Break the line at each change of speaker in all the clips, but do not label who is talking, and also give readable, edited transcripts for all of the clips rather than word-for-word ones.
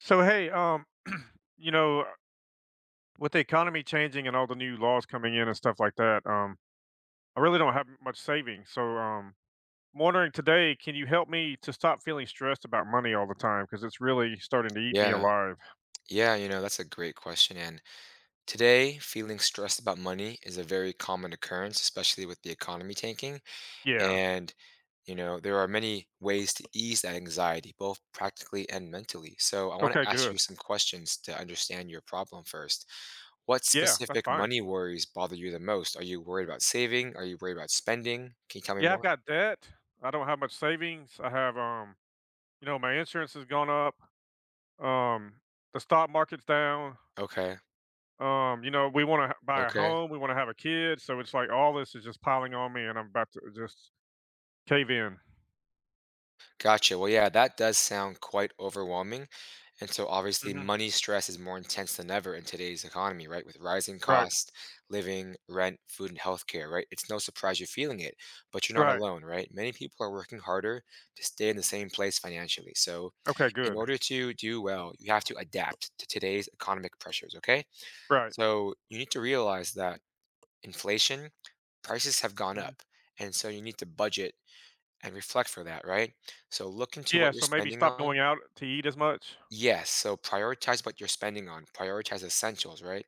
So hey, you know, uh, with the economy changing and all the new laws coming in and stuff like that, I really don't have much savings. So I'm wondering today, can you help me to stop feeling stressed about money all the time? Because it's really starting to eat me
Yeah,
alive.
yeah, you know, that's a great question. And today, feeling stressed about money is a very common occurrence, especially with the economy tanking.
Yeah.
And, you know, there are many ways to ease that anxiety, both practically and mentally. So I want
Okay.
to ask you
Good.
some questions to understand your problem first. What
Yeah, that's
specific
fine.
money worries bother you the most? Are you worried about saving? Are you worried about spending? Can you tell me
Yeah, I've
more?
got debt. I don't have much savings. I have you know, my insurance has gone up. Um, the stock market's down.
Okay,
You know, we want to buy a
okay.
home, we want to have a kid, so it's like all this is just piling on me, and I'm about to just cave in.
Gotcha. Well, yeah, that does sound quite overwhelming. And so obviously
Mhm.
money stress is more intense than ever in today's economy, right? With rising
Right,
costs, living, rent, food, and healthcare, right? It's no surprise you're feeling it, but you're not
right.
alone, right? Many people are working harder to stay in the same place financially. So
Okay,
in
good.
order to do well, you have to adapt to today's economic pressures, okay?
Right.
So you need to realize that inflation, prices have gone
Mhm.
up. And so you need to budget and reflect for that, right? So look into
Yeah,
what you're
so maybe
spending
stop going
on.
out to eat as much.
Yes, so prioritize what you're spending on. Prioritize essentials, right?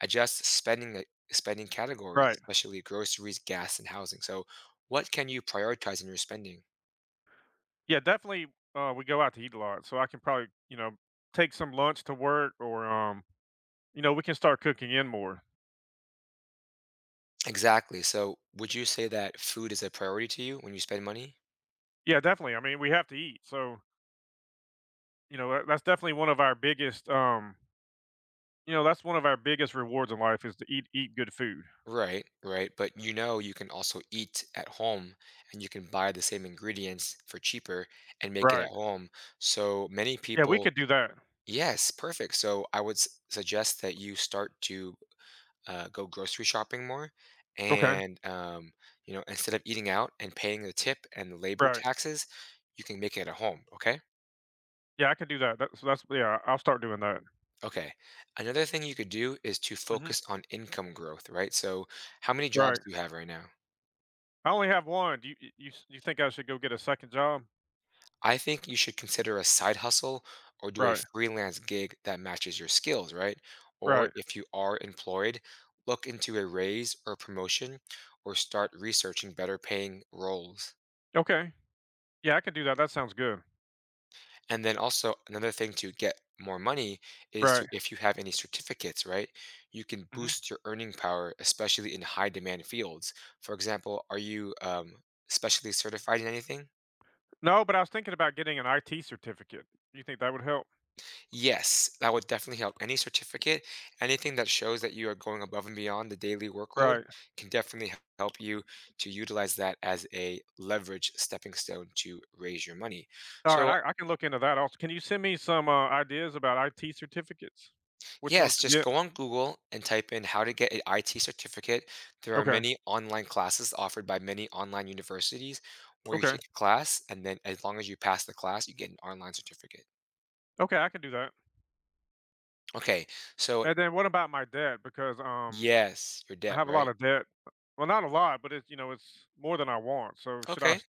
Adjust spending spending categories,
Right.
especially groceries, gas, and housing. So what can you prioritize in your spending?
Yeah, definitely. We go out to eat a lot, so I can probably, you know, take some lunch to work, or you know, we can start cooking in more.
Exactly. So would you say that food is a priority to you when you spend money?
Yeah, definitely. I mean, we have to eat, so you know, that's definitely one of our biggest, you know, that's one of our biggest rewards in life is to eat good food.
Right, right. But you know you can also eat at home and you can buy the same ingredients for cheaper and make it
Right.
at home. So many
Yeah, we
people.
could do that.
Yes, perfect. So I would suggest that you start to go grocery shopping more,
Okay,
and you know, instead of eating out and paying the tip and the labor
right.
taxes, you can make it at home. Okay.
Yeah, I can do that. That's yeah, I'll start doing that.
Okay. Another thing you could do is to
Mhm.
focus on income growth, right? So, how many jobs
Right.
do you have right now?
I only have one. Do you y you s you think I should go get a second job?
I think you should consider a side hustle or do a
Right,
freelance gig that matches your skills, right? Or
right.
if you are employed, look into a raise or promotion or start researching better paying roles.
Okay. Yeah, I can do that. That sounds good.
And then also another thing to get more money is
Right.
to if you have any certificates, right? You can
Mhm.
boost your earning power, especially in high demand fields. For example, are you specially certified in anything?
No, but I was thinking about getting an IT certificate. You think that would help?
Yes, that would definitely help. Any certificate, anything that shows that you are going above and beyond the daily workload
Right.
can definitely help you to utilize that as a leverage stepping stone to raise your money.
Alright,
So,
I can look into that also. Can you send me some, ideas about IT certificates? Which ones
yes,
to
just
get?
go on Google and type in how to get an IT certificate. There are
Okay,
many online classes offered by many online universities where you
okay,
take a class, and then as long as you pass the class, you get an online certificate.
okay, I can do that.
Okay, so
And then what about my debt? Because,
yes, your
I
debt,
have a lot
right?
of debt. Well, not a lot, but it's, you know, it's more than I want. So should I
Okay.
s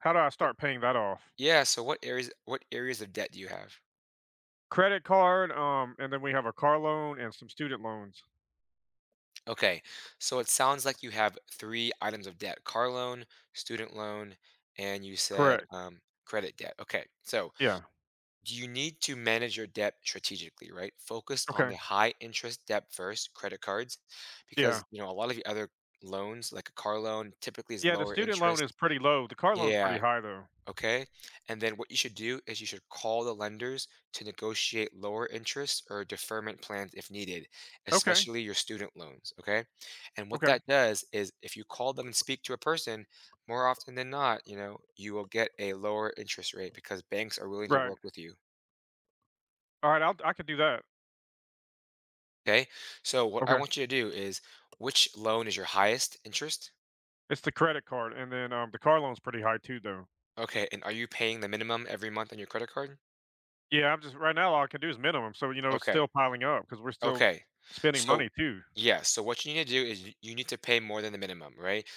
how do I start paying that off?
Yeah, so what areas of debt do you have?
Credit card, and then we have a car loan and some student loans.
Okay. So it sounds like you have three items of debt: car loan, student loan, and you said
Correct.
credit debt. Okay. So
Yeah.
you need to manage your debt strategically, right? Focus on the
Okay.
high interest debt first, credit cards, because
Yeah.
you know a lot of the other loans, like a car loan, typically is
Yeah, the
lower
student loan is
interest.
pretty low. The car loan's pretty
Yeah.
high though.
Okay. And then what you should do is you should call the lenders to negotiate lower interest or deferment plans if needed,
Okay.
especially your student loans. Okay. And what
Okay.
that does is if you call them and speak to a person, more often than not, you know, you will get a lower interest rate because banks are willing to
Right.
work with you.
All right, I can do that.
Okay. So what I
Okay.
want you to do is which loan is your highest interest?
It's the credit card and then, the car loan's pretty high too though.
Okay. And are you paying the minimum every month on your credit card?
Yeah, I'm just right now all I can do is minimum. So, you know, it's
Okay.
still piling up because 'cause we're still
Okay.
spending
So,
money too.
yeah, so what you need to do is y you need to pay more than the minimum, right?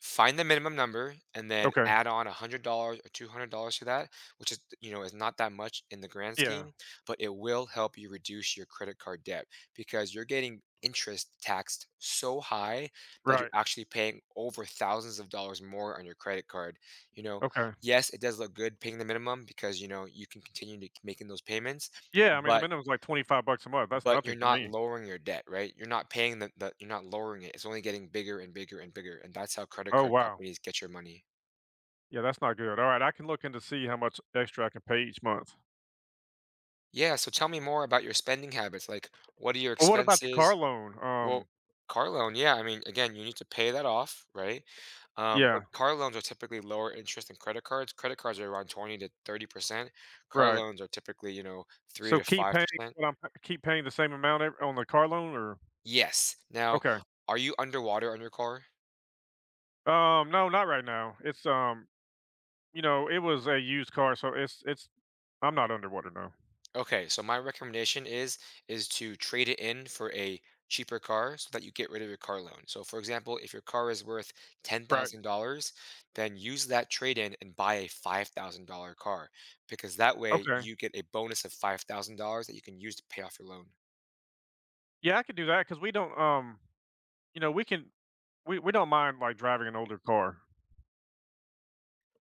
Find the minimum number and then
Okay.
add on $100 or $200 to that, which is, you know, is not that much in the grand
Yeah.
scheme, but it will help you reduce your credit card debt because you're getting interest taxed so high that you're
Right.
actually paying over thousands of dollars more on your credit card. You know,
Okay.
yes, it does look good paying the minimum because, you know, you can continue to k making those payments,
Yeah, I mean, the
but
minimum is like 25 bucks a month, that's nothing
you're
for
not
me.
lowering your debt, right? You're not paying the you're not lowering it. It's only getting bigger and bigger and bigger. And that's how credit
Oh,
card
wow.
companies get your money.
Yeah, that's not good, alright, I can look into see how much extra I can pay each month.
Yeah. So tell me more about your spending habits. Like what are your
Well, what about the car
expenses?
loan?
Well, car loan, yeah. I mean, again, you need to pay that off, right?
Yeah,
But car loans are typically lower interest than credit cards. Credit cards are around 20 to 30%. Car
right.
loans are typically, you know, three
So
to five percent.
what I'm keep paying the same amount ev on the car loan or
Yes. Now,
okay.
are you underwater on your car?
No, not right now, it's, you know, it was a used car, so it's I'm not underwater now.
Okay, so my recommendation is to trade it in for a cheaper car so that you get rid of your car loan. So for example, if your car is worth
Right,
$10,000, then use that trade in and buy a $5,000 car because that way
okay.
you get a bonus of $5,000 that you can use to pay off your loan.
Yeah, I could do that because we don't, you know, we don't mind, like, driving an older car.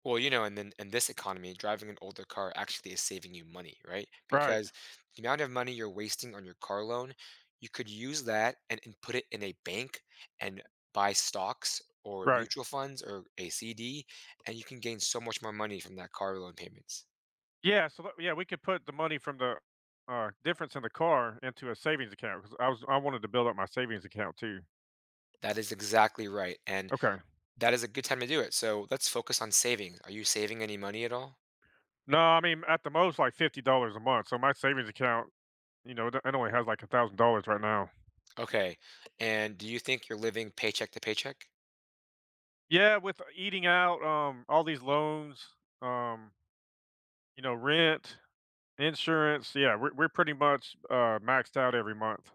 Well, you know, and then in this economy, driving an older car actually is saving you money, right?
Right,
Because the amount of money you're wasting on your car loan, you could use that and put it in a bank and buy stocks or
right.
mutual funds or a CD, and you can gain so much more money from that car loan payments.
Yeah, so that yeah, we could put the money from the, difference in the car into a savings account because I wanted to build up my savings account too.
That is exactly right. And
Okay.
that is a good time to do it. So let's focus on saving. Are you saving any money at all?
No, I mean, at the most, like, $50 a month, so my savings account, you know, it only has, like, $1,000 right now.
Okay. And do you think you're living paycheck to paycheck?
Yeah, with eating out, all these loans, um, you know, rent, insurance, yeah, we're pretty much, maxed out every month.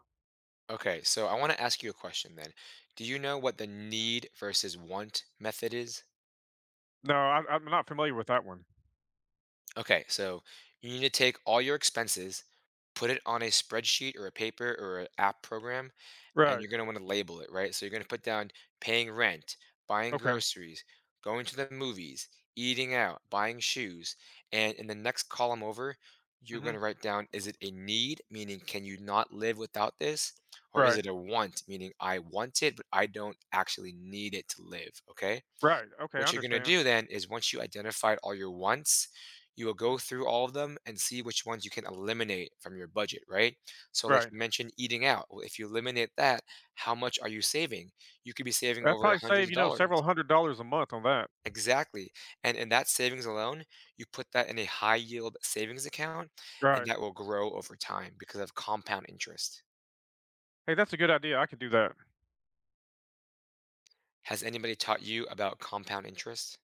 Okay, so I want to ask you a question then. Do you know what the need versus want method is?
No, I'm not familiar with that one.
Okay, so you need to take all your expenses, put it on a spreadsheet or a paper or an app program, and
Right.
you're going to want to label it, right? So you're going to put down paying rent, buying
Okay.
groceries, going to the movies, eating out, buying shoes. And in the next column over, you're going
Mhm.
to write down is it a need, meaning can you not live without this? Or is
Right.
it a want, meaning I want it, but I don't actually need it to live? Okay.
Right. Okay, I
What you're going to
understand.
do then is once you identified all your wants, you will
Mhm.
go through all of them and see which ones you can eliminate from your budget, right? So, like
Right.
you mentioned, eating out. Well, if you eliminate that, how much are you saving? You could be saving
I
over
probably
hundreds
save,
of
you know, several
dollars.
hundred dollars a month on that.
Exactly. And in that savings alone, you put that in a high yield savings account, and
Right.
that will grow over time because of compound interest.
Hey, that's a good idea. I could do that.
Has anybody taught you about compound interest?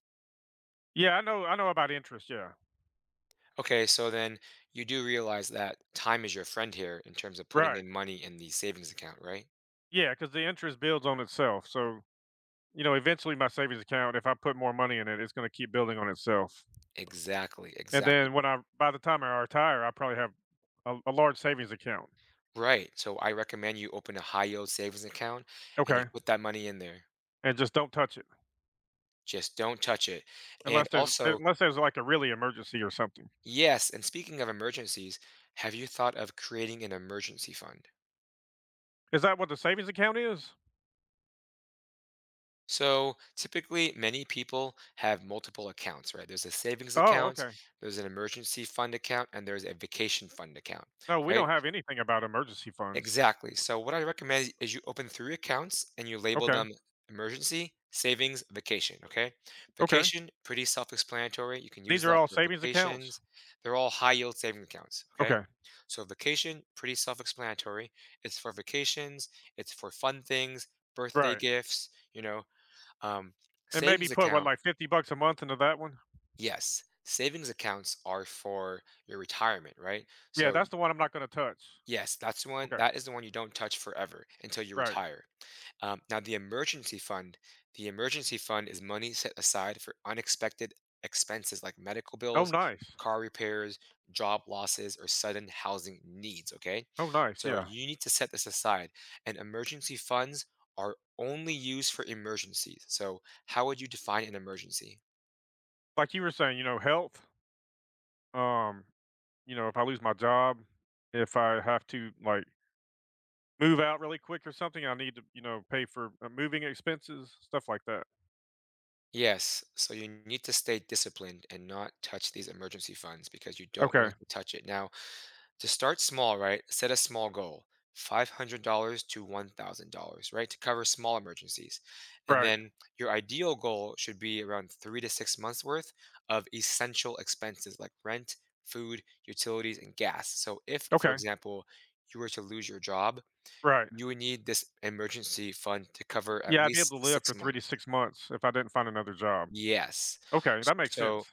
Yeah, I know about interest, yeah.
Okay, so then you do realize that time is your friend here in terms of putting
Right.
in money in the savings account, right?
Yeah, because the interest builds on itself. So, you know, eventually my savings account, if I put more money in it, it's gonna keep building on itself.
Exactly,
And
exactly.
then when I by the time I retire, I probably have a large savings account.
Right. So I recommend you open a high yield savings account and you
Okay.
put that money in there.
And just don't touch it
Just don't touch it. And also,
unless there's like a really emergency or something.
yes, and speaking of emergencies, have you thought of creating an emergency fund?
Is that what the savings account is?
So typically, many people have multiple accounts, right? There's a savings
Oh,
account,
okay.
there's an emergency fund account, and there's a vacation fund account,
No, we don't
right?
have anything about emergency funds.
Exactly. So what I recommend is you open three accounts and you label
Okay.
them emergency, savings, vacation. Okay.
Okay.
Vacation, pretty self-explanatory. You can use
These are
that
all
for
savings accounts?
vacations. They're all high yield saving accounts. Okay.
Okay,
So vacation, pretty self-explanatory. It's for vacations, it's for fun things, birthday
right,
gifts, you know. Um,
and maybe
Savings
put, what,
account,
like 50 bucks a month into that one?
yes. Savings accounts are for your retirement, right?
Yeah,
So
that's the one I'm not gonna touch.
yes, that's the one.
Okay,
That is the one you don't touch forever until you
right.
retire. Now, the emergency fund is money set aside for unexpected expenses like medical
Oh,
bills,
nice.
car repairs, job losses, or sudden housing needs. Okay,
Oh, nice,
so
yeah.
you need to set this aside, and emergency funds are only used for emergencies. So, how would you define an emergency?
Like you were saying, you know, health, um, you know, if I lose my job, if I have to, like, move out really quick or something, I need to, you know, pay for, moving expenses, stuff like that.
Yes, so you need to stay disciplined and not touch these emergency funds because you don't
Okay,
want to touch it now. To start small, right? Set a small goal, $500 to $1,000, right? To cover small emergencies. And
right.
then your ideal goal should be around 3 to 6 months worth of essential expenses like rent, food, utilities, and gas. So if, for
Okay,
example, you were to lose your job,
right.
you would need this emergency fund to cover at
Yeah, I'd be able
least
to live for
six
3 to
months.
6 months if I didn't find another job.
Yes.
Okay, that makes
So,
sense.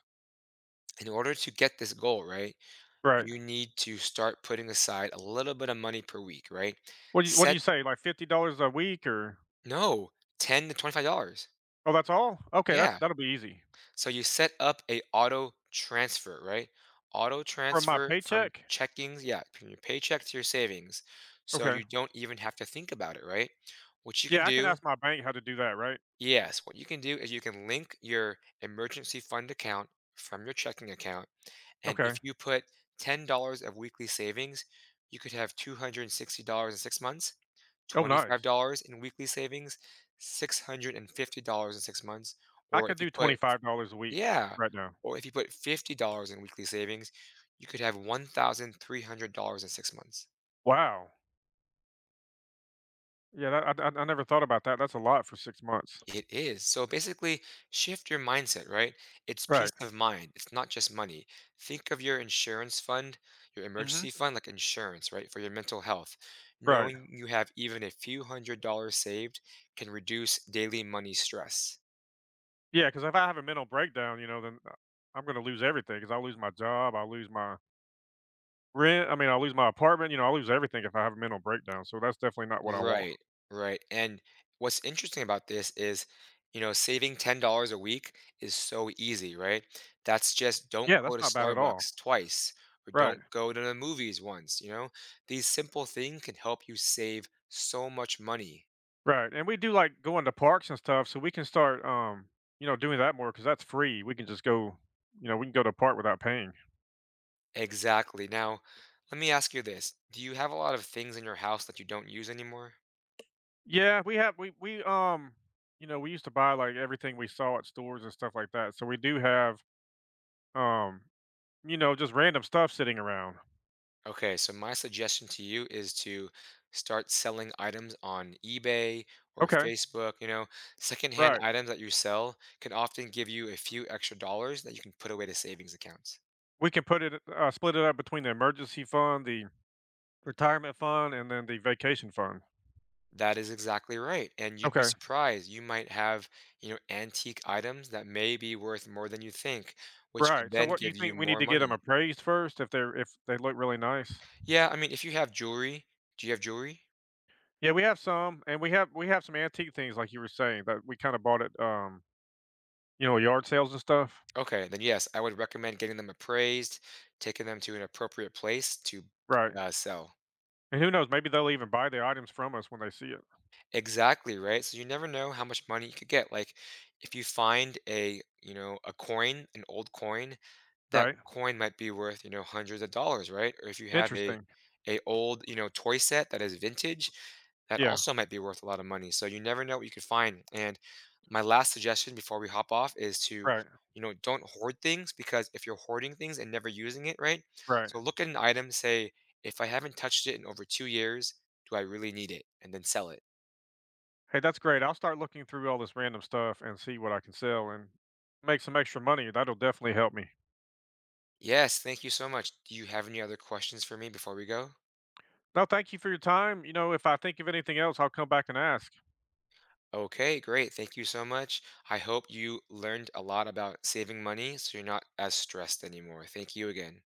in order to get this goal, right,
Right.
you need to start putting aside a little bit of money per week, right?
What do
Set
you say, like $50 a week or
no, 10 to $25.
oh, that's all? Okay,
Yeah.
that'll be easy.
So you set up a auto transfer, right? Auto
From my
transfer from
paycheck?
checkings, yeah, from your paycheck to your savings. So
Okay.
you don't even have to think about it, right? What you can
Yeah, I can
do,
ask my bank how to do that, right?
yes, what you can do is you can link your emergency fund account from your checking account and
Okay.
if you put $10 of weekly savings, you could have $260 in 6 months.
Oh, nice.
$25 in weekly savings, $650 in 6 months,
I
or
could
if you
do
put.
$25 a week
Yeah,
right now.
or if you put $50 in weekly savings, you could have $1,300 in 6 months.
Wow. Yeah, that I never thought about that. That's a lot for 6 months.
It is. So basically, shift your mindset, right? It's
Right.
peace of mind. It's not just money. Think of your your
Mhm.
emergency fund like insurance, right? For your mental health.
Right.
Knowing you have even a few $100s saved can reduce daily money stress.
Yeah, because if I have a mental breakdown, you know, then I'm gonna lose everything. 'Cause I'll lose my job, I mean, I'll lose my apartment, you know, I'll lose everything if I have a mental breakdown, so that's definitely not what I want.
Right, right. And what's interesting about this is, you know, saving $10 a week is so easy, right? That's just don't
Yeah,
go
that's
to
not bad at all.
Starbucks twice or
Right.
don't go to the movies once, you know? These simple things can help you save so much money.
Right, and we do like going to parks and stuff, so we can start, you know, doing that more because that's free. We can just go, you know, we can go to a park without paying.
Exactly. Now, let me ask you this. Do you have a lot of things in your house that you don't use anymore?
Yeah, we you know, we used to buy like everything we saw at stores and stuff like that. So we do have, um, you know, just random stuff sitting around.
Okay, so my suggestion to you is to start selling items on eBay or
Okay,
Facebook. You know, secondhand
right.
items that you sell can often give you a few extra dollars that you can put away to savings accounts.
We can put it split it up between the emergency fund, the retirement fund, and then the vacation fund.
That is exactly right. And you'd be
Okay,
surprised. You might have, you know, antique items that may be worth more than you think, which could
right. So
then
what you
give you
think we need
more
to get them
money.
appraised first if they're if they look really nice?
Yeah, I mean, if you have jewelry, do you have jewelry?
Yeah, we have some, and we have some antique things like you were saying that we kinda bought at, you know, yard sales and stuff.
Okay, then yes, I would recommend getting them appraised, taking them to an appropriate place to
Right,
sell.
and who knows, maybe they'll even buy the items from us when they see it.
Exactly, right? So you never know how much money you could get. Like if you find a, you know, a coin, an old coin, that
Right,
coin might be worth, you know, hundreds of dollars, right? Or if you have a
interesting.
old, you know, toy set that is vintage, that
Yeah,
also might be worth a lot of money. So you never know what you could find. And my last suggestion before we hop off is to,
right,
you know, don't hoard things because if you're hoarding things and never using it, right?
right.
So look at an item, say, if I haven't touched it in over 2 years, do I really need it? And then sell it.
Hey, that's great. I'll start looking through all this random stuff and see what I can sell and make some extra money. That'll definitely help me.
Yes, thank you so much. Do you have any other questions for me before we go?
No, thank you for your time. You know, if I think of anything else, I'll come back and ask.
Okay, great. Thank you so much. I hope you learned a lot about saving money so you're not as stressed anymore. Thank you again.